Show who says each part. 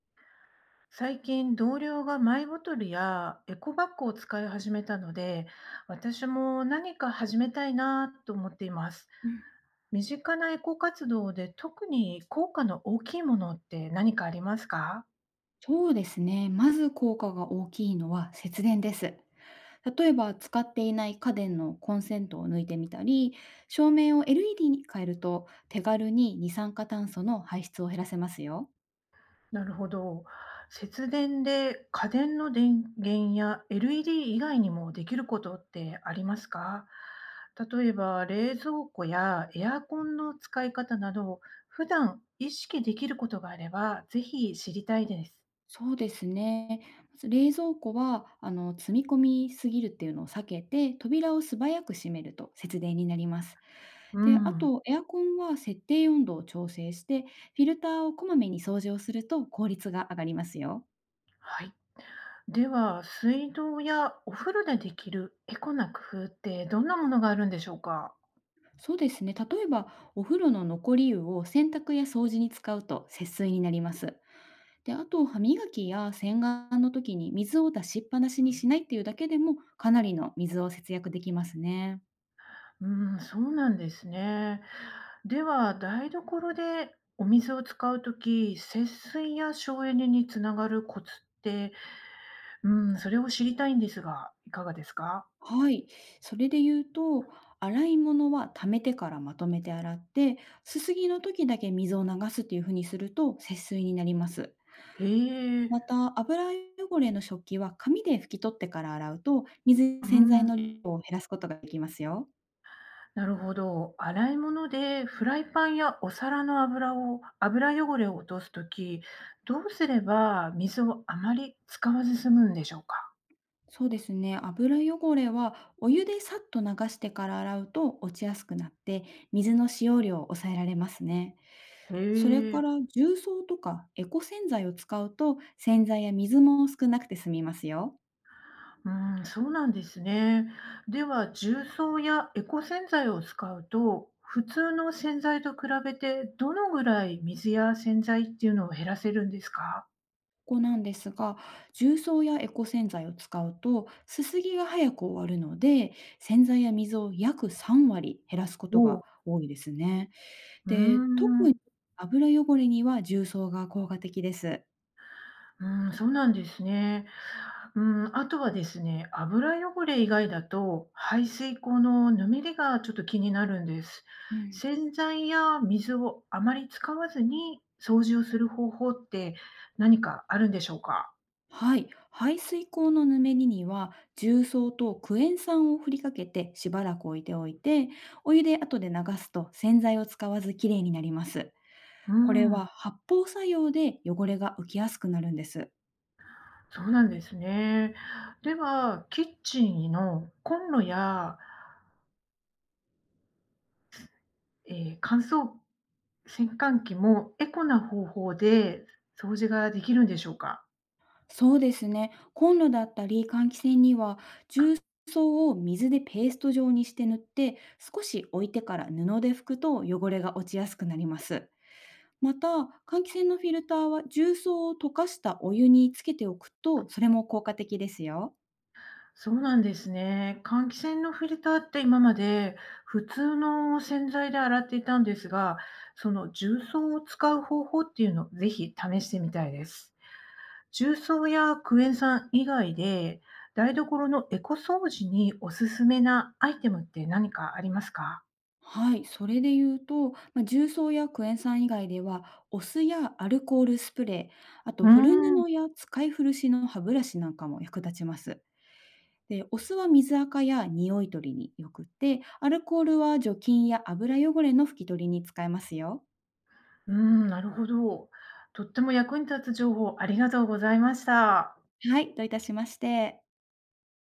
Speaker 1: 最近同僚がマイボトルやエコバッグを使い始めたので、私も何か始めたいなと思っています。
Speaker 2: うん、
Speaker 1: 身近なエコ活動で特に効果の大きいものって何かありますか？
Speaker 2: そうですね。まず効果が大きいのは節電です。例えば使っていない家電のコンセントを抜いてみたり、照明を LED に変えると手軽に二酸化炭素の排出を減らせますよ。
Speaker 1: なるほど。節電で家電の電源や LED 以外にもできることってありますか？例えば冷蔵庫やエアコンの使い方など、普段意識できることがあれば、ぜひ知りたいです。
Speaker 2: そうですね。まず冷蔵庫は積み込みすぎるっていうのを避けて、扉を素早く閉めると節電になります。
Speaker 1: う
Speaker 2: で、あ
Speaker 1: ん。
Speaker 2: とエアコンは設定温度を調整して、フィルターをこまめに掃除をすると効率が上がりますよ。
Speaker 1: はい。では、水道やお風呂でできるエコな工夫ってどんなものがあるんでしょうか？
Speaker 2: そうですね。例えば、お風呂の残り湯を洗濯や掃除に使うと節水になります。で、あと、歯磨きや洗顔の時に水を出しっぱなしにしないっていうだけでも、かなりの水を節約できますね。
Speaker 1: うん、そうなんですね。では、台所でお水を使うとき節水や省エネにつながるコツって、うん、それを知りたいんですが、いかがですか？
Speaker 2: はい。それで言うと、洗い物は溜めてからまとめて洗って、すすぎの時だけ水を流すっていうふうにすると節水になります。
Speaker 1: へえ。
Speaker 2: また、油汚れの食器は紙で拭き取ってから洗うと、水や
Speaker 1: う
Speaker 2: 洗剤
Speaker 1: ん。
Speaker 2: の量を減らすことができますよ。
Speaker 1: なるほど。洗い物でフライパンやお皿の油を、油汚れを落とすとき、どうすれば水をあまり使わず済むんでしょうか？
Speaker 2: そうですね。油汚れはお湯でさっと流してから洗うと落ちやすくなって、水の使用量を抑えられますね。
Speaker 1: へ
Speaker 2: それか
Speaker 1: え。
Speaker 2: ら重曹とかエコ洗剤を使うと洗剤や水も少なくて済みますよ。
Speaker 1: うん、そうなんですね。では、重曹やエコ洗剤を使うと、普通の洗剤と比べて、どのぐらい水や洗剤っていうのを減らせるんですか？
Speaker 2: ここなんですが、重曹やエコ洗剤を使うとすすぎが早く終わるので、洗剤や水を約3割減らすこ
Speaker 1: お
Speaker 2: とが
Speaker 1: う。
Speaker 2: 多いですね。
Speaker 1: うー
Speaker 2: で、特に
Speaker 1: ん。
Speaker 2: 油汚れには重曹が効果的です。
Speaker 1: うん、そうなんですね。うん、あとはですね、油汚れ以外だと、排水口のぬめりがちょっと気になるんです。
Speaker 2: うん。
Speaker 1: 洗剤や水をあまり使わずに掃除をする方法って何かあるんでしょうか？
Speaker 2: はい、排水口のぬめりには重曹とクエン酸を振りかけてしばらく置いておいてお湯で後で流すと洗剤を使わずきれいになります。
Speaker 1: う
Speaker 2: これ
Speaker 1: ん、
Speaker 2: は発泡作用で汚れが浮きやすくなるんです。
Speaker 1: そうなんですね。では、キッチンのコンロや、乾燥洗濯機もエコな方法で掃除ができるんでしょうか？
Speaker 2: そうですね。コンロだったり換気扇には重曹を水でペースト状にして塗って少し置いてから布で拭くと汚れが落ちやすくなります。また、換気扇のフィルターは重曹を溶かしたお湯につけておくと、それも効果的ですよ。
Speaker 1: そうなんですね。換気扇のフィルターって今まで普通の洗剤で洗っていたんですが、その重曹を使う方法っていうのをぜひ試してみたいです。重曹やクエン酸以外で台所のエコ掃除におすすめなアイテムって何かありますか？
Speaker 2: はい、それで言うと、まあ、重曹やクエン酸以外では、お酢やアルコールスプレー、あと
Speaker 1: うー
Speaker 2: 古
Speaker 1: ん。う
Speaker 2: 布や使い古しの歯ブラシなんかも役立ちます。で、お酢は水垢や匂い取りによくって、アルコールは除菌や油汚れの拭き取りに使えますよ。
Speaker 1: ーん、なるほど。とっても役に立つ情報ありがとうございました。
Speaker 2: はい、どういたしまして。